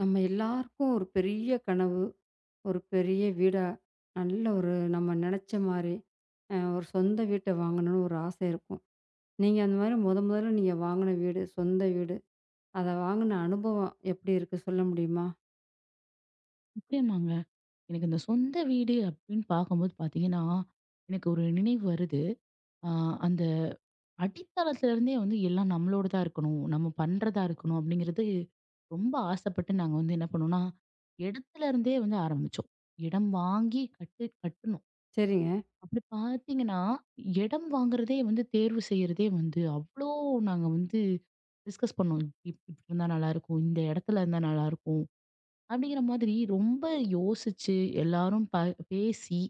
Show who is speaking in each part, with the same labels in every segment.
Speaker 1: நம்ம எல்லாருக்கும் ஒரு பெரிய கனவு, ஒரு பெரிய வீடா, நல்ல ஒரு நம்ம நெனச்ச மாரி, ஒரு சொந்த வீட்ட வாங்கணும்னு ஒரு ஆசை இருக்கும். நீங்க அந்த மாரி மொதல்ல வாங்குன வீடு, சொந்த வீடு, அத வாங்குன அனுபவம் எப்படி இருக்கு சொல்ல முடியுமா?
Speaker 2: நிச்சயமாங்க. எனக்கு இந்த சொந்த வீடு அப்படின்னு பார்க்கும்போது பார்த்தீங்கன்னா, எனக்கு ஒரு நினைவு வருது. அ அந்த அடித்தளத்துலருந்தே வந்து எல்லாம் நம்மளோடதா இருக்கணும். நம்ம பண்றதா இருக்கணும் அப்படிங்கிறது ரொம்ப ஆசைப்பட்டு நாங்க வந்து என்ன பண்ணோம்னா, இடத்துலருந்தே வந்து ஆரம்பிச்சோம். இடம் வாங்கி கட்டு கட்டணும்.
Speaker 1: சரிங்க,
Speaker 2: அப்படி பார்த்தீங்கன்னா, இடம் வாங்குறதே வந்து தேர்வு செய்றதே வந்து அவ்ளோ நாங்க வந்து டிஸ்கஸ் பண்ணோம். இப்படி இருந்தா நல்லாயிருக்கும். இந்த இடத்துல இருந்தா நல்லாயிருக்கும். அப்படிங்கிற மாதிரி ரொம்ப யோசிச்சு எல்லாரும் பேசி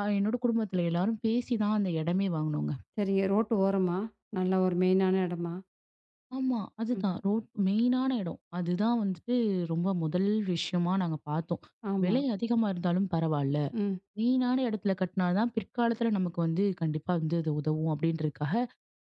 Speaker 2: என்னோட குடும்பத்துல எல்லாரும் பேசி தான் அந்த இடமே வாங்குனோங்க.
Speaker 1: சரிங்க. ரோட்டு ஓரமா? நல்லா ஒரு மெயினான இடமா?
Speaker 2: ஆமா.
Speaker 1: ம்.
Speaker 2: அதுதான் ரோட் மெயினான இடம். அதுதான் வந்துட்டு ரொம்ப முதல் விஷயமா நாங்க பார்த்தோம்.
Speaker 1: ஆமா.
Speaker 2: விலை அதிகமா இருந்தாலும் பரவால்ல.
Speaker 1: ம்.
Speaker 2: மெயினான இடத்துல கட்டினா தான் பிற்காலத்துல நமக்கு வந்து கண்டிப்பா வந்து அது உதவும் அப்படின்றதுக்காக,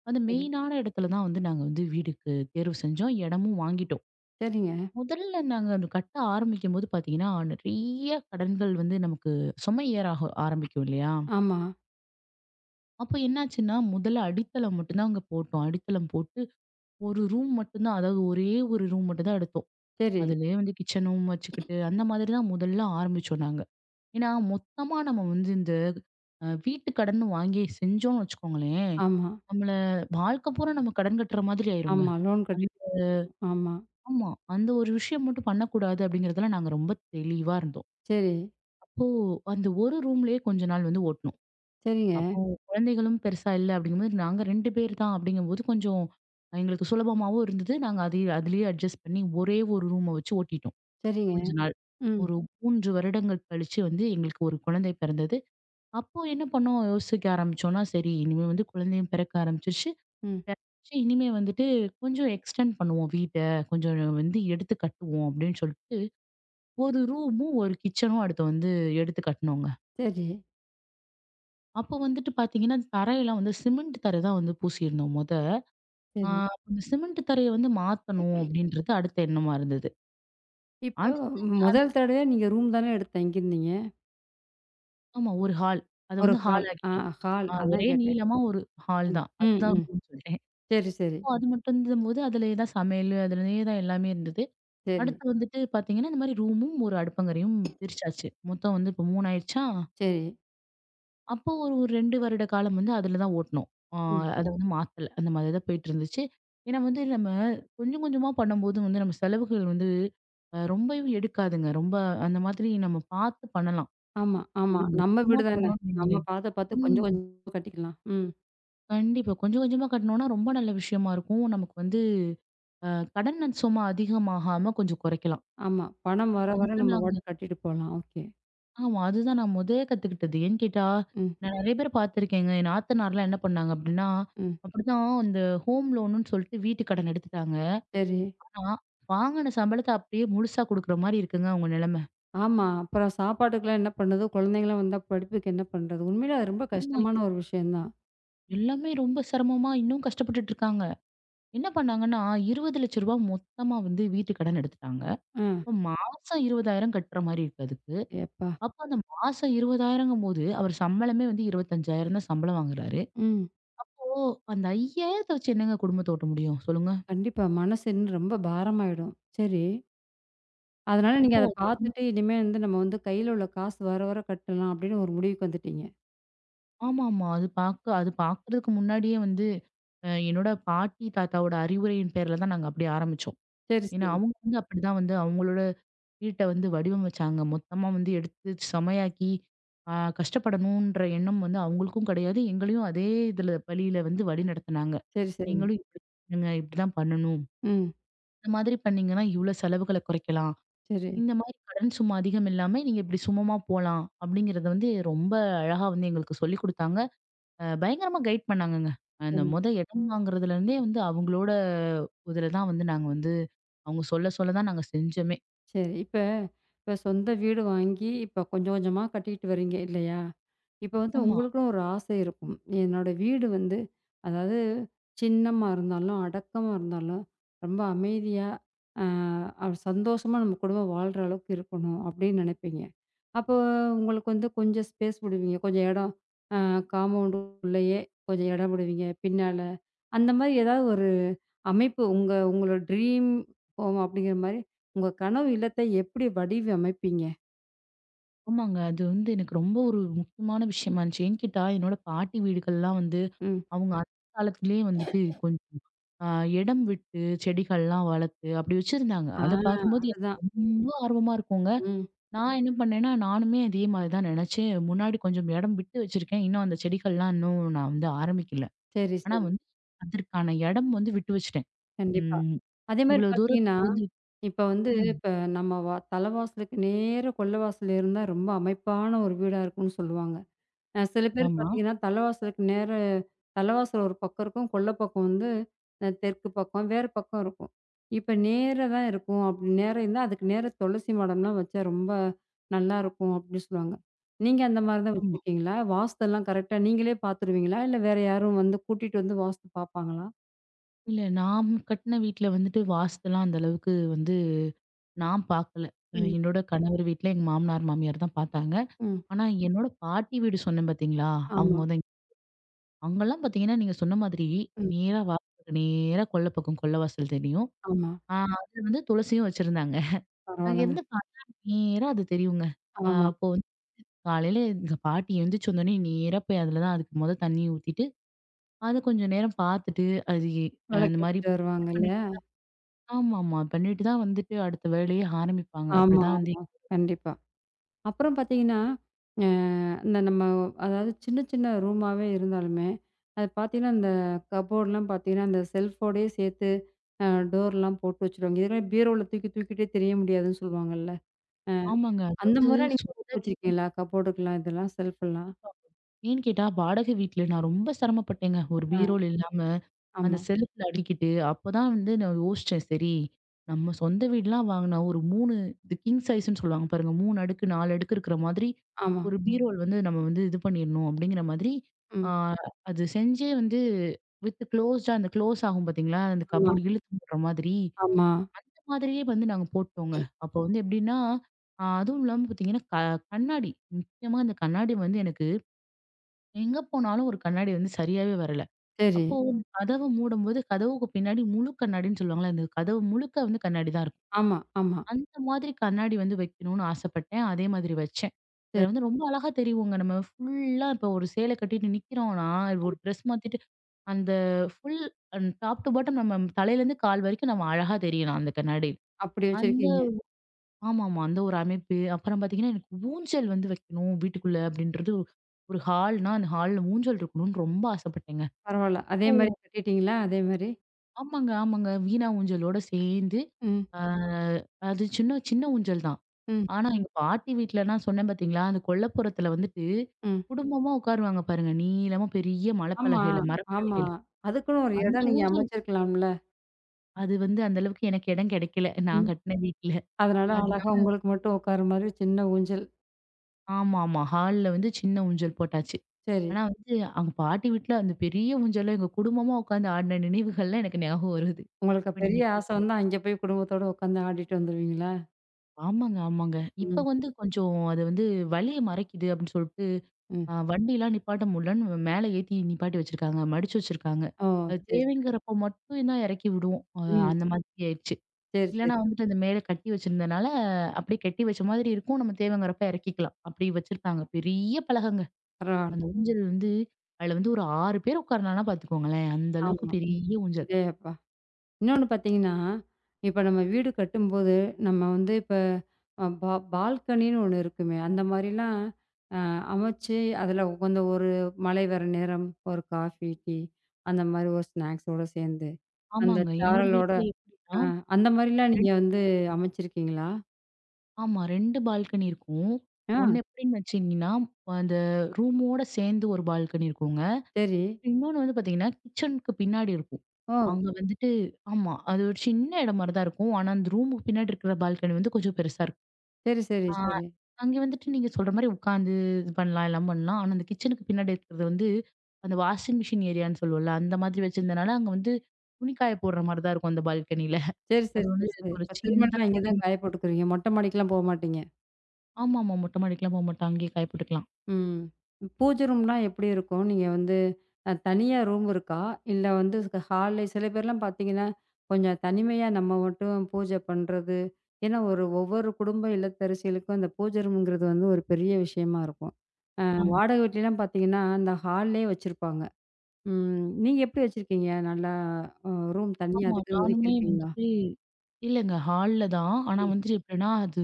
Speaker 2: அந்த
Speaker 1: சரி.
Speaker 2: மெயினான இடத்துல தான் வந்து நாங்க வந்து வீடுக்கு தேர்வு செஞ்சோம். இடமும் வாங்கிட்டோம்.
Speaker 1: சரிங்க.
Speaker 2: முதல்ல நாங்க அது கட்ட ஆரம்பிக்கும்போது பார்த்தீங்கன்னா, நிறைய கடன்கள் வந்து நமக்கு சுமை ஏற ஆக ஆரம்பிக்கும் இல்லையா?
Speaker 1: ஆமா.
Speaker 2: அப்ப என்னாச்சுன்னா, முதல்ல அடித்தளம் மட்டும் தான் அங்க போட்டோம். அடித்தளம் போட்டு, ஒரு ரூம் மட்டும் தான் அதாவது ஒரே ஒரு ரூம் மட்டும் தான் எடுத்தோம்.
Speaker 1: சரி.
Speaker 2: அதிலயே வந்து கிச்சனும் வச்சுக்கிட்டு, அந்த மாதிரி தான் முதல்ல ஆரம்பிச்சோம் நாங்க. ஏன்னா, மொத்தமா நம்ம வந்து இந்த வீட்டு கடன் வாங்கி செஞ்சோம்னு வச்சுக்கோங்களேன்,
Speaker 1: ஆமா.
Speaker 2: நம்மள வாழ்க்கை பூரா நம்ம கடன் கட்டுற மாதிரி ஆயிருங்க.
Speaker 1: ஆமா. லோன்
Speaker 2: அந்
Speaker 1: கட்டி ஆமா.
Speaker 2: ஆமா. அந்த ஒரு விஷயம் மட்டும் பண்ணக்கூடாது அப்படிங்கிறதுல நாங்க ரொம்ப தெளிவா இருந்தோம்.
Speaker 1: சரி.
Speaker 2: அப்போ அந்த ஒரு ரூம்லயே கொஞ்ச நாள் வந்து ஓட்டுனோம்.
Speaker 1: சரிங்க.
Speaker 2: அப்போ குழந்தைகளும் பெருசா இல்ல அப்படிங்கும்போது நாங்க 2 பேர் தான் அப்படிங்கும்போது கொஞ்சம் எங்களுக்கு சுலபமாவும் இருந்தது. நாங்க அதை அதிலேயே அட்ஜஸ்ட் பண்ணி ஒரே ஒரு ரூம வச்சு ஓட்டிட்டோம்.
Speaker 1: சரிங்க.
Speaker 2: கொஞ்ச நாள்.
Speaker 1: ம்.
Speaker 2: ஒரு 3 வருடங்கள் கழிச்சு வந்து எங்களுக்கு ஒரு குழந்தை பிறந்தது. அப்போ என்ன பண்ணோம் யோசிக்க ஆரம்பிச்சோம்னா, சரி இனிமே வந்து குழந்தையும் பிறக்க ஆரம்பிச்சிருச்சு.
Speaker 1: ம்.
Speaker 2: பிறந்துச்சு இனிமே வந்துட்டு கொஞ்சம் எக்ஸ்டெண்ட் பண்ணுவோம் வீட்ட. கொஞ்சம் வந்து எடுத்து கட்டுவோம் அப்படின்னு சொல்லிட்டு ஒரு ரூமும், ஒரு கிச்சனும் அடுத்து வந்து எடுத்து கட்டுனோங்க.
Speaker 1: சரி.
Speaker 2: அப்போ வந்துட்டு பார்த்தீங்கன்னா, தரையெல்லாம் வந்து சிமெண்ட் தரை தான் வந்து பூசியிருந்தோம் மொத. ஆ
Speaker 1: சரி.
Speaker 2: அந்த சிமெண்ட் தரைய வந்து மாத்தணும் அப்படின்றது அடுத்த எண்ணமா இருந்தது.
Speaker 1: இப்போ
Speaker 2: அடுத்து
Speaker 1: முதல் தடவையா நீங்க ரூம் தானே எடுத்து தங்கியிருந்தீங்க.
Speaker 2: ஆமா ஒரு ஹால். அத
Speaker 1: ஒரு
Speaker 2: வந்து
Speaker 1: ஹால்.
Speaker 2: ஹால்
Speaker 1: ஆ
Speaker 2: ஆக்கிட்டோம்.
Speaker 1: ஹால் அதான்
Speaker 2: ஒரே
Speaker 1: கேட்டேன்.
Speaker 2: நீளமா ஒரு ஹால்
Speaker 1: ம்.
Speaker 2: தான்.
Speaker 1: ம்,
Speaker 2: அதுதான்
Speaker 1: ம்.
Speaker 2: ரூம்னு சொல்லிட்டேன்.
Speaker 1: சரி, சரி,
Speaker 2: அது மட்டும் இருந்தபோது அதிலேயே தான் சமையல், அதிலேயே தான் எல்லாமே இருந்தது.
Speaker 1: சரி,
Speaker 2: அடுத்து வந்துட்டு பார்த்தீங்கன்னா, இந்த மாரி ரூமும், ஒரு அடுப்பங்கரையும் பிரிச்சாச்சு. மொத்தம் வந்து இப்போ 3 ஆயிருச்சா?
Speaker 1: சரி.
Speaker 2: அப்போ ஒரு ஒரு 2 வருட காலம் வந்து அதுல தான் ஓட்டுனோம். ஆ
Speaker 1: ம்.
Speaker 2: அத ஓ! வந்து மாத்தல. அந்த மாதிரி தான் போயிட்டுருந்துச்சு. ஏன்னா வந்து நம்ம கொஞ்சம் கொஞ்சமா பண்ணும்போது வந்து நம்ம செலவுகள் வந்து ரொம்பவும் எடுக்காதுங்க. ரொம்ப அந்த மாதிரி நம்ம பார்த்து பண்ணலாம்.
Speaker 1: ஆமா, ஆமா.
Speaker 2: இது
Speaker 1: நம்ம
Speaker 2: மொத்தமா
Speaker 1: வீடு தானே.
Speaker 2: பண்ணோம்னு
Speaker 1: நம்ம
Speaker 2: வைங்களேன்.
Speaker 1: பாத்த பாத்து கொஞ்சம்
Speaker 2: ம்.
Speaker 1: கொஞ்சம் கட்டிக்கலாம். ம்.
Speaker 2: கண்டிப்பா. கொஞ்சம் கொஞ்சமா கட்டுனோம்னா ரொம்ப நல்ல விஷயமா இருக்கும். நமக்கு வந்து அ கடன் நச்சமா அதிகமாகாம கொஞ்சம் குறைக்கலாம்.
Speaker 1: ஆமா. பணம் வர வர
Speaker 2: அதுதான்
Speaker 1: நம்ம
Speaker 2: நாங்க
Speaker 1: பாட்டுக்கு கட்டிட்டு போலாம். ஓகே.
Speaker 2: ஆமா. அதுதான் நான் முதலே கத்துக்கிட்டது. ஏன்னு கேட்டா,
Speaker 1: ம்,
Speaker 2: நான் நெறைய பேர பார்த்துருக்கேங்க. என் நாத்தனார்லாம் என்ன பண்ணாங்க அப்டின்னா,
Speaker 1: ம்.
Speaker 2: அப்படிதான் இந்த ஹோம் லோனுன்னு சொல்லிட்டு வீட்டு கடன் எடுத்துட்டாங்க.
Speaker 1: சரி.
Speaker 2: ஆனா, வாங்குன சம்பளத்த அப்படியே முழுசா குடுக்குற மாரி இருக்குங்க அவங்க நிலைமை.
Speaker 1: ஆமா. அப்புறம் சாப்பாட்டுக்கெல்லாம் என்ன பண்ணுறது? குழந்தைங்கலாம் வந்தா படிப்புக்கு என்ன பண்றது? உண்மையிலே அது ரொம்ப
Speaker 2: ஆமா.
Speaker 1: கஷ்டமான ஒரு விஷயம் தான்.
Speaker 2: எல்லாமே ரொம்ப சிரமமா இன்னும் கஷ்டப்பட்டுட்டு இருக்காங்க. என்ன பண்ணாங்கன்னா, ரூ. 20,00,000 மொத்தமா வந்து வீட்டு கடன் எடுத்துட்டாங்க.
Speaker 1: ஆ.
Speaker 2: அப்ப மாசம் 20,000 கட்டுற மாரி இருக்கு அதுக்கு.
Speaker 1: எப்பா!
Speaker 2: அப்ப அந்த மாசம் 20,000ங்கும்போது, அவர் சம்பளமே வந்து 25,000 தான் சம்பளம் வாங்குறாரு.
Speaker 1: ம்.
Speaker 2: அந்த 5,000த்த வச்சு என்னங்க குடும்பத்த ஓட்ட முடியும்? சொல்லுங்க.
Speaker 1: கண்டிப்பா. மனசு இன்னும் ரொம்ப பாரமாயிடும். சரி. அதனால நீங்க
Speaker 2: அப்போ
Speaker 1: அத பார்த்துட்டு, இனிமே வந்து நம்ம வந்து கையில உள்ள காசு வர வர கட்டலாம் அப்படின்னு ஒரு முடிவுக்கு வந்துட்டீங்க.
Speaker 2: ஆமாமா. அது பாக்க அது பாக்குறதுக்கு முன்னாடியே வந்து, என்னோட பாட்டி, தாத்தாவோட அறிவுரையின் பேர்ல தான் நாங்க அப்படி ஆரம்பிச்சோம்.
Speaker 1: சரி,
Speaker 2: ஏன்னா,
Speaker 1: சரி.
Speaker 2: அவங்க வந்து அப்படிதான் வந்து அவங்களோட வீட்ட வந்து வடிவமைச்சாங்க. மொத்தமா வந்து எடுத்து செமையாக்கி, ஆ கஷ்டப்படணுன்ற எண்ணம் வந்து அவங்களுக்கும் கிடையாது. எங்களையும் அதே இதுல வழியில வந்து வழிநடத்துனாங்க.
Speaker 1: சரி, சரிங்க.
Speaker 2: நீங்களும் இப்படி பண்ணுங்க, இப்படிதான் பண்ணணும்.
Speaker 1: ம்.
Speaker 2: இந்த மாதிரி பண்ணீங்கன்னா, இவ்ளோ செலவுகளை குறைக்கலாம்.
Speaker 1: சரி.
Speaker 2: இந்த மாதிரி கடன் சுமை அதிகம் இல்லாம, நீங்க இப்படி சுமமா போலாம். அப்படிங்கிறத வந்து ரொம்ப அழகா வந்து எங்களுக்கு சொல்லிக் குடுத்தாங்க. பயங்கரமா கைட் பண்ணாங்கங்க. அந்த
Speaker 1: சரி.
Speaker 2: மொத இடம் வாங்குறதுலருந்தே வந்து அவங்களோட இதுல தான் வந்து நாங்க வந்து அவங்க சொல்ல சொல்ல தான் நாங்க செஞ்சோமே.
Speaker 1: சரி. இப்ப இப்ப சொந்த வீடு வாங்கி, இப்ப கொஞ்சம் கொஞ்சமா கட்டிட்டு வரீங்க இல்லையா? இப்ப வந்து
Speaker 2: ஆமா,
Speaker 1: உங்களுக்குன்னு ஒரு ஆசை இருக்கும். என்னோட வீடு வந்து அதாவது சின்னமா இருந்தாலும், அடக்கமா இருந்தாலும், ரொம்ப அமைதியா, அ அ சந்தோஷமா நம்ம குடும்பம் வாழ்ற அளவுக்கு இருக்கணும் அப்படின்னு நினைப்பீங்க. அப்போ உங்களுக்கு வந்து கொஞ்சம் ஸ்பேஸ் விடுவீங்க. கொஞ்சம் இடம் அ காம்பவுண்டுக்குள்ளேயே கொஞ்சம் இடம் விடுவீங்க. பின்னால அந்த மாரி ஏதாவது ஒரு அமைப்பு உங்களோட ட்ரீம் ஹோம் அப்படிங்கிற மாரி, உங்க கனவு இல்லத்தை எப்படி வடிவமைப்பீங்க?
Speaker 2: ஆமாங்க. அது வந்து எனக்கு ரொம்ப ஒரு முக்கியமான விஷயமா இருந்துச்சு. ஏன்னு கேட்டா, என்னோட பாட்டி வீடுகள்லாம் வந்து
Speaker 1: ம்.
Speaker 2: அவங்க அந்த காலத்திலேயே வந்துட்டு கொஞ்சம் அ இடம் விட்டு செடிகள்லாம் வளர்த்து அப்படி வச்சிருந்தாங்க.
Speaker 1: ஆ
Speaker 2: அத பார்க்கும்போது
Speaker 1: அதுதான்.
Speaker 2: எனக்கு ரொம்ப ஆர்வமா இருக்குங்க.
Speaker 1: ம்.
Speaker 2: நான் என்ன பண்ணேன்னா, நானுமே அதே மாரி தான் நினைச்சேன். முன்னாடி கொஞ்சம் இடம் விட்டு வச்சிருக்கேன். இன்னும் அந்த செடிகள்லாம் இன்னும் நான் வந்து ஆரம்பிக்கல.
Speaker 1: சரி,
Speaker 2: ஆனா
Speaker 1: சரி.
Speaker 2: வந்து, அதற்கான இடம் வந்து விட்டு வச்சுட்டேன்.
Speaker 1: கண்டிப்பா.
Speaker 2: ம்.
Speaker 1: அதே மாரி
Speaker 2: இவ்வளோ
Speaker 1: பார்த்தீங்கன்னா,
Speaker 2: தூரத்துக்கு வந்து
Speaker 1: இப்ப வந்து
Speaker 2: ம்.
Speaker 1: இப்ப நம்ம தலவாசலுக்கு நேரா கொல்ல வாசல் இருந்தா ரொம்ப அமைப்பான ஒரு வீடா இருக்கும்னு சொல்லுவாங்க. சில பேர்
Speaker 2: ஆமா,
Speaker 1: பார்த்தீங்கன்னா, தலைவாசலுக்கு நேர தலைவாசல் ஒரு பக்கம் இருக்கும். கொல்ல பக்கம் வந்து தெற்கு பக்கம், வேறு பக்கம் இருக்கும். இப்ப நேரா தான் இருக்கும். அப்படி நேரா இருந்தா, அதுக்கு நேரா துளசி மாடம்லாம் வச்சா ரொம்ப நல்லாயிருக்கும் அப்படின்னு சொல்லுவாங்க. நீங்க அந்த மாரி தான்
Speaker 2: ஆமா.
Speaker 1: வச்சிருக்கீங்களா? வாஸ்துலாம் கரெக்ட்டா நீங்களே பார்த்துருவீங்களா? இல்ல வேற யாரும் வந்து கூட்டிட்டு வந்து வாஸ்து பார்ப்பாங்களா?
Speaker 2: இல்ல நான் கட்ன வீட்ல வந்துட்டு வாஸ்துலாம் அந்த அளவுக்கு வந்து நான் பார்க்கல.
Speaker 1: ம்,
Speaker 2: என்னோட கணவர் வீட்ல எங்க மாமனார், மாமியார் தான் பார்த்தாங்க.
Speaker 1: ம்.
Speaker 2: ஆனா என்னோட பாட்டி வீடு சொன்னேன் பார்த்தீங்களா?
Speaker 1: ஆமா.
Speaker 2: அவங்க வந்து அங்கலாம் பார்த்தீங்கன்னா, நீங்க சொன்ன மாதிரி
Speaker 1: ம்.
Speaker 2: நேரா வாசலுக்கு நேரா கொல்ல பக்கம் கொல்ல வாசல் தெரியும்.
Speaker 1: ஆமா.
Speaker 2: அதுல வந்து துளசியும் வச்சிருந்தாங்க.
Speaker 1: பரவால்லங்க.
Speaker 2: அங்கேருந்து பார்த்தா நேரா அது தெரியுங்க.
Speaker 1: ஆமா.
Speaker 2: அப்போ காலையில எங்க பாட்டி எந்திரிச்சு வந்தோடனே நேரா போய் அதில தான் அதுக்கு மொத தண்ணி ஊத்திட்டு, அத கொஞ்சம் நேரம் பார்த்துட்டு, அது இந்த மாரி
Speaker 1: விளக்கேத்திட்டு
Speaker 2: இது
Speaker 1: வருவாங்கல்ல.
Speaker 2: பண்ணி ஆமாமா. பண்ணிட்டு தான் வந்துட்டு அடுத்த வேலையே ஆரம்பிப்பாங்க.
Speaker 1: ஆமா,
Speaker 2: அப்படிதான் வந்து
Speaker 1: ஆமா. கண்டிப்பா. அப்புறம் பார்த்தீங்கன்னா, அ இந்த நம்ம அதாவது சின்ன சின்ன ரூமாவே இருந்தாலுமே, அது பார்த்தீங்கன்னா, இந்த கப்போர்ட்லாம் பார்த்தீங்கன்னா, அந்த செல்ஃபோடயே சேர்த்து அ டோர்லாம் போட்டு வச்சுருவாங்க. இதெல்லாம் பீரோல தூக்கி தூக்கிட்டே திரிய முடியாதுன்னு சொல்லுவாங்கல்ல.
Speaker 2: ஆமாங்க.
Speaker 1: அந்த
Speaker 2: அதாவது
Speaker 1: முறை நீங்க
Speaker 2: சொந்த
Speaker 1: போட்டு
Speaker 2: வீட்ல
Speaker 1: வச்சிருக்கீங்களா? கப்போர்டுக்குலாம் இதெல்லாம் செல்ஃபெல்லாம்?
Speaker 2: இப்ப ஏன்னு கேட்டா, வாடகை வீட்ல நான் ரொம்ப சிரமப்பட்டேங்க. ஒரு
Speaker 1: அ
Speaker 2: பீரோல் இல்லாம. அந்த
Speaker 1: ஆமா,
Speaker 2: செல்ஃப்ல அடுக்கிட்டு, அப்பதான் வந்து நான் யோசிச்சேன். சரி, நம்ம சொந்த வீடுலாம் வாங்குனா, ஒரு 3 இது கிங் சைஸ்ன்னு சொல்லுவாங்க பாருங்க. 3 அடுக்கு, 4 அடுக்கு இருக்கிற மாதிரி
Speaker 1: ஆமா.
Speaker 2: ஒரு பீரோல் வந்து நம்ம வந்து இது பண்ணிடணும் அப்படிங்கிற மாதிரி,
Speaker 1: ம்.
Speaker 2: ஆ அது செஞ்சே வந்து வித் க்ளோஸ்டா அந்த க்ளோஸ் ஆகும் பார்த்தீங்களா? அந்த
Speaker 1: ஆமா,
Speaker 2: கபோர்டு இழுத்து மூடுற மாதிரி,
Speaker 1: ஆமா.
Speaker 2: இந்த மாதிரியே வந்து நாங்க போட்டோங்க. அப்போ வந்து எப்படின்னா, அதுவும் இல்லாம பார்த்தீங்கன்னா, கண்ணாடி முக்கியமா அந்த கண்ணாடி வந்து எனக்கு எங்க போனாலும் ஒரு கண்ணாடி வந்து சரியாவே வரல.
Speaker 1: சரி.
Speaker 2: அப்போ கதவ மூடும்போது கதவுக்கு பின்னாடி முழு கண்ணாடின்னு சொல்லுவாங்கல்ல, அந்த கதவு முழுக்க வந்து கண்ணாடி தான் இருக்கும்.
Speaker 1: ஆமா, ஆமா.
Speaker 2: அந்த மாதிரி கண்ணாடி வந்து வைக்கணும்னு ஆசைப்பட்டேன். அதே மாதிரி வச்சேன்.
Speaker 1: சரி.
Speaker 2: அதுல வந்து ரொம்ப அழகா தெரியுங்க. நம்ம ஃபுல்லா இப்போ ஒரு சேலை கட்டிட்டு நிக்கிறோம்னா,
Speaker 1: ம்.
Speaker 2: ஒரு ட்ரெஸ் மாத்திட்டு அந்த ஃபுல் டாப் டு பாட்டம் நம்ம தலையிலேருந்து கால் வரைக்கும் நம்ம அழகா தெரியலாம் அந்த கண்ணாடியில.
Speaker 1: அப்படி
Speaker 2: அந்த
Speaker 1: வச்சிருக்கீங்க.
Speaker 2: ஆமாமா. அந்த ஒரு அமைப்பு. அப்புறம் பார்த்தீங்கன்னா, எனக்கு ஊஞ்சல் வந்து வைக்கணும் வீட்டுக்குள்ள அப்படின்றது ஒரு ஹால்னா, அந்த ஹால்ல ஊஞ்சல் இருக்கணும்னு ரொம்ப ஆசைப்பட்டேங்க.
Speaker 1: பரவால்ல. அதே மாரி கட்டிட்டீங்களா? அதே மாரி?
Speaker 2: ஆமாங்க, ஆமாங்க. வீணா ஊஞ்சலோட சேர்ந்து,
Speaker 1: ம்,
Speaker 2: ஆ அது சின்ன சின்ன ஊஞ்சல் தான்.
Speaker 1: ம்,
Speaker 2: ஆனா எங்க பாட்டி வீட்லனா சொன்னேன் பார்த்தீங்களா, அந்த கொல்லைப்புறத்துல வந்துட்டு
Speaker 1: ம்.
Speaker 2: குடும்பமா உட்காருவாங்க பாருங்க. நீளமா பெரிய
Speaker 1: ஆமா,
Speaker 2: மலப்பலகையில,
Speaker 1: ஆமா.
Speaker 2: மரப்பலகையில.
Speaker 1: அதுக்குன்னு ஒரு
Speaker 2: அந்த
Speaker 1: இடம் நீங்க
Speaker 2: ஊஞ்சல்
Speaker 1: அமைச்சிருக்கலாம்ல.
Speaker 2: அது வந்து அந்த அளவுக்கு எனக்கு இடம் கிடைக்கல. நான்
Speaker 1: ம்.
Speaker 2: கட்டின வீட்ல.
Speaker 1: அதனால
Speaker 2: அதுனா
Speaker 1: அழகா உங்களுக்கு மட்டும் உட்கார்ற மாரி சின்ன ஊஞ்சல்.
Speaker 2: ஆமாமா. ஹால்ல வந்து சின்ன ஊஞ்சல் போட்டாச்சு.
Speaker 1: சரி.
Speaker 2: ஆனா வந்து அவங்க பாட்டி வீட்ல அந்த பெரிய ஊஞ்சல்ல எங்க குடும்பமா உட்காந்து ஆடின நினைவுகள்லாம் எனக்கு ஞாபகம் வருது.
Speaker 1: உங்களுக்கு
Speaker 2: இப்ப
Speaker 1: பெரிய
Speaker 2: நீங்க
Speaker 1: ஆசை
Speaker 2: கேட்கும்
Speaker 1: வந்தா அங்க போய் குடும்பத்தோட உட்காந்து ஆடிட்டு வந்துருவீங்களா?
Speaker 2: ஆமாங்க, ஆமாங்க. இப்ப
Speaker 1: ம்.
Speaker 2: வந்து கொஞ்சம் அது வந்து வழிய மறைக்குது அப்படின்னு சொல்ட்டு,
Speaker 1: ம்.
Speaker 2: வண்டிலாம் நிப்பாட்ட முடியலன்னு மேல ஏத்தி நிப்பாட்டி வச்சிருக்காங்க. மடிச்சு வச்சிருக்காங்க.
Speaker 1: ஓ!
Speaker 2: அது
Speaker 1: சரி, சரி.
Speaker 2: தேவைங்கிறப்ப மட்டும் தான் இறக்கி விடுவோம்.
Speaker 1: ம்.
Speaker 2: அந்த மாதிரி ஆயிடுச்சு.
Speaker 1: சரி, சரி.
Speaker 2: இல்லன்னா வந்துட்டு அந்த மேல கட்டி வச்சிருந்தனால, அப்படியே கட்டி வச்ச மாதிரி இருக்கும். நம்ம தேவைங்கிறப்ப இறக்கிக்கலாம். அப்படி வச்சிருக்காங்க. பெரிய பலகங்க.
Speaker 1: பரவால்ல.
Speaker 2: அந்த ஊஞ்சல் வந்து அதுல வந்து ஒரு 6 பேர் உட்காரலாம்னா பாத்துக்கோங்களேன். அந்த அளவுக்கு
Speaker 1: ஆமா.
Speaker 2: பெரிய ஊஞ்சல்.
Speaker 1: அடேயப்பா! இன்னொன்னு பார்த்தீங்கன்னா, இப்ப நம்ம வீடு கட்டும்போது, நம்ம வந்து இப்ப பால்கனின்னு ஒண்ணு இருக்குமே, அந்த மாரிலாம் அ அமைச்சு அதுல உகந்த ஒரு மழை வர நேரம், ஒரு காஃபி, டீ அந்த மாரி ஒரு ஸ்நாக்ஸோட சேர்ந்து, அந்த
Speaker 2: ஆமாங்க. என்னோட
Speaker 1: சாரலோட
Speaker 2: வீட்ல எப்படின்னா
Speaker 1: ஆ, அந்த மாரிலாம் நீங்க வந்து அமைச்சிருக்கீங்களா?
Speaker 2: ஆமா. 2 பால்கனி இருக்கும்.
Speaker 1: ஆ,
Speaker 2: ஒண்ணு எப்படின்னு வச்சீங்கன்னா, அந்த ரூமோட சேர்ந்து ஒரு பால்கனி இருக்குங்க.
Speaker 1: சரி.
Speaker 2: இன்னொன்னு வந்து பார்த்தீங்கன்னா, கிச்சனுக்கு பின்னாடி இருக்கும்.
Speaker 1: ஓ!
Speaker 2: அங்க வந்துட்டு ஆமா. அது ஒரு சின்ன இடம் மாரி தான் இருக்கும். ஆனா, அந்த ரூமுக்கு பின்னாடி இருக்கிற பால்கனி வந்து கொஞ்சம் பெருசா இருக்கும்.
Speaker 1: சரி, சரி,
Speaker 2: ஆ
Speaker 1: சரி.
Speaker 2: அங்க வந்துட்டு நீங்க சொல்ற மாரி உட்காந்து இது பண்ணலாம், எல்லாம் பண்ணலாம். ஆனா, அந்த கிச்சனுக்கு பின்னாடி இருக்கிறது வந்து, அந்த வாஷிங் மிஷின் ஏரியான்னு சொல்லுவோம்ல, அந்த மாதிரி வச்சிருந்தனால, அங்க வந்து துணி காய போடுற மாரி தான் இருக்கும் அந்த பால்கனில.
Speaker 1: சரி, சரி,
Speaker 2: அது
Speaker 1: சரி,
Speaker 2: வந்து
Speaker 1: சரி.
Speaker 2: ஒரு
Speaker 1: இப்ப
Speaker 2: சின்னதா
Speaker 1: திருமணம்னா இங்க
Speaker 2: கொடி
Speaker 1: தான் காய போட்டுக்குறீங்க. மொட்டை மாடிக்கெல்லாம் போக மாட்டீங்க.
Speaker 2: ஆமாமா. மொட்டை மாடிக்கெல்லாம் போக மாட்டோம். அங்கேயே காய போட்டுக்கலாம்.
Speaker 1: ம். பூஜை ரூம்னா எப்படி இருக்கும்? நீங்க வந்து தனியா ரூம் இருக்கா? இல்ல வந்து ஹால்ல சில பேர்லாம் பார்த்தீங்கன்னா, கொஞ்சம் தனிமையா நம்ம மட்டும் பூஜை பண்றது. ஏன்னா ஒவ்வொரு குடும்ப இல்லத்தரசிகளுக்கும் அந்த பூஜை ரூம்ங்கிறது வந்து ஒரு பெரிய விஷயமா இருக்கும்.
Speaker 2: ஆமா.
Speaker 1: வாடகை வீட்லலாம் பார்த்தீங்கன்னா, அந்த ஹால்லேயே வச்சிருப்பாங்க. ம். நீங்க எப்படி வச்சிருக்கீங்க? நல்லா அ ரூம் தனியா
Speaker 2: ஆமா.
Speaker 1: அதுக்குன்னு
Speaker 2: நானுமே
Speaker 1: ஒதுக்கியிருக்கீங்களா?
Speaker 2: வந்துட்டு இல்லங்க. ஹால்ல தான். ஆனா
Speaker 1: ம்.
Speaker 2: வந்துட்டு எப்படின்னா, அது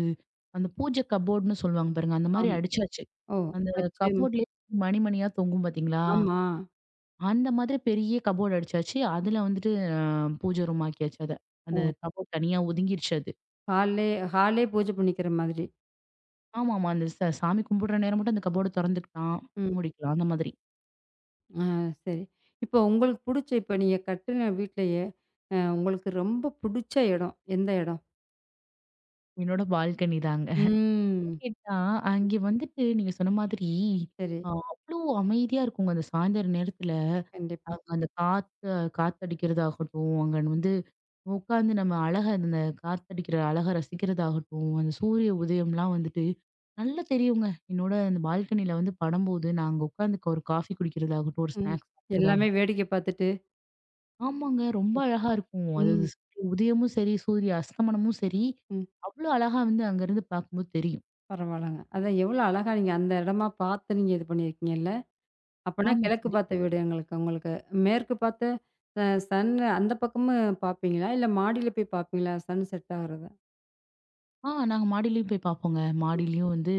Speaker 2: அந்த பூஜை கப்போர்டுன்னு சொல்லுவாங்க பாருங்க. அந்த மாரி
Speaker 1: ஆமா.
Speaker 2: அடிச்சாச்சு.
Speaker 1: ஓ!
Speaker 2: அந்த
Speaker 1: வச்சு
Speaker 2: கப்போர்ட்லயே மணி மணியா தொங்கும் பார்த்தீங்களா?
Speaker 1: ஆமா.
Speaker 2: அந்த மாதிரி பெரிய கப்போர்டு அடிச்சாச்சு. அதுல வந்துட்டு அ பூஜை ரூம் ஆக்கியாச்சு அத.
Speaker 1: ஓ!
Speaker 2: அந்த கப்போர்ட் தனியா ஒதுங்கிருச்சு அது.
Speaker 1: ஹால்லே ஹால்லே பூஜை பண்ணிக்கிற மாதிரி.
Speaker 2: ஆமாமா. அந்த சாமி கும்பிடுற நேரம் மட்டும் அந்த கப்போர்ட தொறந்துக்கலாம்.
Speaker 1: ம்.
Speaker 2: மூடிக்கலாம். அந்த மாதிரி.
Speaker 1: ஆ சரி. இப்போ உங்களுக்கு புடிச்ச இப்ப நீங்க கட்டுன வீட்லயே, உங்களுக்கு ரொம்ப புடிச்ச இடம், எந்த இடம்?
Speaker 2: என்னோட பால்கனி தாங்க. ஏன்
Speaker 1: ம்.
Speaker 2: கேட்டா, அங்கே வந்துட்டு நீங்க சொன்ன மாதிரி
Speaker 1: சரி.
Speaker 2: அவ்ளோ அமைதியா இருக்குங்க அந்த சாயந்தர நேரத்துல.
Speaker 1: கண்டிப்பா.
Speaker 2: அங்க அந்த காத்து காத்தடிக்கிறதாகட்டும், அங்க வந்து உட்காந்து நம்ம அழகா அந்த காத்தடிக்கிற அழக ரசிக்கிறதாகட்டும், அந்த சூரிய உதயம்லாம் வந்துட்டு நல்லா தெரியுங்க. என்னோட அந்த பால்கனியில வந்து படும்போது, நான் அங்க உட்காந்து ஒரு காஃபி குடிக்கிறதாகட்டும், ஒரு
Speaker 1: ம்.
Speaker 2: ஸ்நாக்ஸ்
Speaker 1: எல்லாமே
Speaker 2: சாப்பிடுறதாகட்டும்
Speaker 1: வேடிக்கை பார்த்துட்டு.
Speaker 2: ஆமாங்க. ரொம்ப அழகா இருக்கும். அது அது
Speaker 1: ம்.
Speaker 2: சூரிய உதயமும் சரி, சூரிய அஸ்தமனமும் சரி,
Speaker 1: ம்.
Speaker 2: அவ்ளோ அழகா வந்து அங்கருந்து பார்க்கும்போது தெரியும்.
Speaker 1: பரவால்லங்க. அதான் எவ்வளோ அழகா நீங்க அந்த இடமா பார்த்து நீங்க இது பண்ணியிருக்கீங்க. அப்பன்னா
Speaker 2: ஆமா.
Speaker 1: கிழக்கு
Speaker 2: கண்டிப்பா.
Speaker 1: பார்த்த வீடு எங்களுக்கு உங்களுக்கு. மேற்கு பார்த்த சன் அந்த பக்கமும் பார்ப்பீங்களா? இல்ல மாடியில போய் பார்ப்பீங்களா? சன் செட் ஆகுறத?
Speaker 2: நாங்க மாடியிலயும் போய் பார்ப்போங்க. மாடியிலயும் வந்து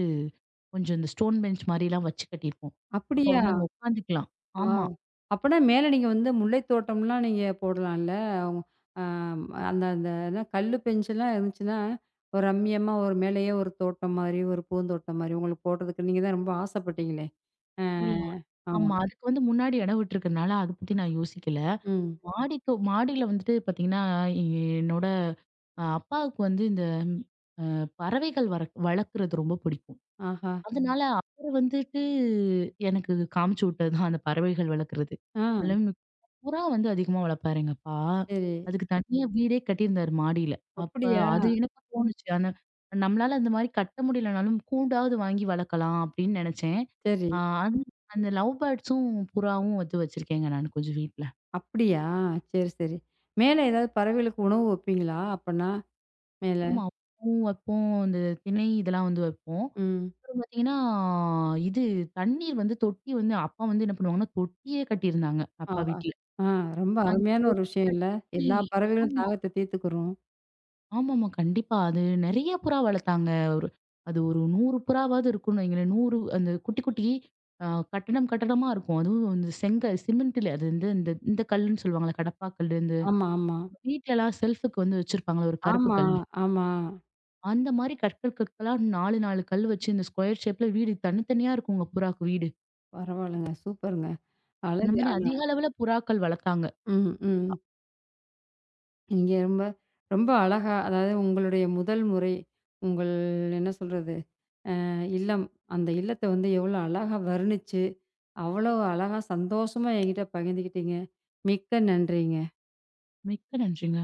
Speaker 2: கொஞ்சம் இந்த ஸ்டோன் பெஞ்ச் மாரிலாம் வச்சு கட்டியிருப்போம். அப்ப
Speaker 1: அப்படியா?
Speaker 2: வந்து அங்க உட்காந்துக்கலாம்.
Speaker 1: ஆ.
Speaker 2: ஆமா.
Speaker 1: அப்பன்னா மேல நீங்க வந்து முல்லை தோட்டம்லாம் நீங்க போடலாம்ல? அ அந்த அந்த என்ன கல்லு பெஞ்செல்லாம் இருந்துச்சுன்னா, ஒரு ரம்மியமா ஒரு மேலேயே ஒரு தோட்டம் மாரி, ஒரு பூந்தோட்டம் மாரி உங்களுக்கு போடுறதுக்கு நீங்க தான் ரொம்ப ஆசைப்பட்டீங்களே! ஆ
Speaker 2: இல்ல
Speaker 1: ஆமா.
Speaker 2: ஆமா. அதுக்கு வந்து முன்னாடி இடம் விட்டுருக்கனால அத பத்தி நான் யோசிக்கல.
Speaker 1: ம்.
Speaker 2: மாடிக்கு மாடியில வந்துட்டு பார்த்தீங்கன்னா, என்னோட அப்பாவுக்கு வந்து இந்த பறவைகள் வர வளர்க்குறது ரொம்ப பிடிக்கும்.
Speaker 1: ஆஹா!
Speaker 2: அதனால அவரு வந்துட்டு எனக்கு காமிச்சு விட்டது தான் அந்த பறவைகள் வளர்க்குறது.
Speaker 1: ஆ
Speaker 2: புறா வந்து அதிகமா வளர்ப்பாருங்கப்பா.
Speaker 1: சரி.
Speaker 2: அதுக்கு தனியா வீடே கட்டியிருந்தாரு மாடியில. அப்ப
Speaker 1: அப்படியா?
Speaker 2: அது எனக்கு தோணுச்சு. ஆனா நம்மளால அந்த மாரி கட்ட முடியலனாலும் கூண்டாவது வாங்கி வளர்க்கலாம் அப்படின்னு நெனச்சேன்.
Speaker 1: சரி.
Speaker 2: ஆ அது அந்த லவ் பேர்ட்ஸும், புறாவும் வந்து வச்சிருக்கேங்க நானு கொஞ்சம் வீட்ல.
Speaker 1: அப்படியா? சரி, சரி. மேல ஏதாவது பறவைகளுக்கு உணவு வைப்பீங்களா அப்பன்னா? மேல.
Speaker 2: ஆமா. பூவும் வைப்போம். இந்த திணை இதெல்லாம் வந்து வைப்போம்.
Speaker 1: ம்.
Speaker 2: அப்புறம் பார்த்தீங்கன்னா, இது தண்ணீர் வந்து தொட்டி வந்து அப்பா வந்து என்ன பண்ணுவாங்கன்னா, தொட்டியே கட்டியிருந்தாங்க அப்பா
Speaker 1: ஆஹா.
Speaker 2: வீட்ல.
Speaker 1: ஆ ரொம்ப
Speaker 2: அந்த
Speaker 1: அருமையான ஒரு
Speaker 2: தொட்டி
Speaker 1: விஷயம் இல்ல?
Speaker 2: கட்டி
Speaker 1: எல்லா பறவைகளும்
Speaker 2: ஆமா.
Speaker 1: தாகத்த தீர்த்துக்கிரும்.
Speaker 2: ஆமாமா. கண்டிப்பா. அது நெறைய புறா வளர்த்தாங்க. ஒரு அது ஒரு 100 புறாவாவது இருக்கும்னு வைங்களேன். 100 அந்த குட்டி, குட்டி அ கட்டடம், கட்டடமா இருக்கும். அதுவும் இந்த செங்கல் சிமெண்ட்ல அது வந்து இந்த இந்த கல்லுன்னு சொல்லுவாங்கல்ல. கடப்பா கல்லு. இந்த
Speaker 1: ஆமா, ஆமா.
Speaker 2: வீட்லலாம் செல்ஃபுக்கு வந்து வச்சிருப்பாங்கல்ல ஒரு கருப்பு
Speaker 1: ஆமா,
Speaker 2: கல்.
Speaker 1: ஆமா.
Speaker 2: அந்த மாரி கற்கள் கற்களா 4, 4 கல் வச்சு இந்த ஸ்கொயர் ஷேப்ல வீடு தனித்தனியா இருக்குங்க புறாக்கு வீடு.
Speaker 1: பரவால்லங்க. சூப்பருங்க.
Speaker 2: இந்த
Speaker 1: அழகு
Speaker 2: மாரி
Speaker 1: ஆனா.
Speaker 2: அதிக அளவுல புறாக்கள் வளர்த்தாங்க.
Speaker 1: ம், ம். நீங்க ரொம்ப ரொம்ப அழகா அதாவது உங்களுடைய முதல் முறை, உங்கள் என்ன சொல்றது? இல்லம். அந்த இல்லத்த வந்து எவ்வளோ அழகா வர்ணிச்சு, அவ்வளோ அழகா சந்தோஷமா என்கிட்ட பகிர்ந்துக்கிட்டீங்க. மிக்க நன்றிங்க.
Speaker 2: மிக்க நன்றிங்க.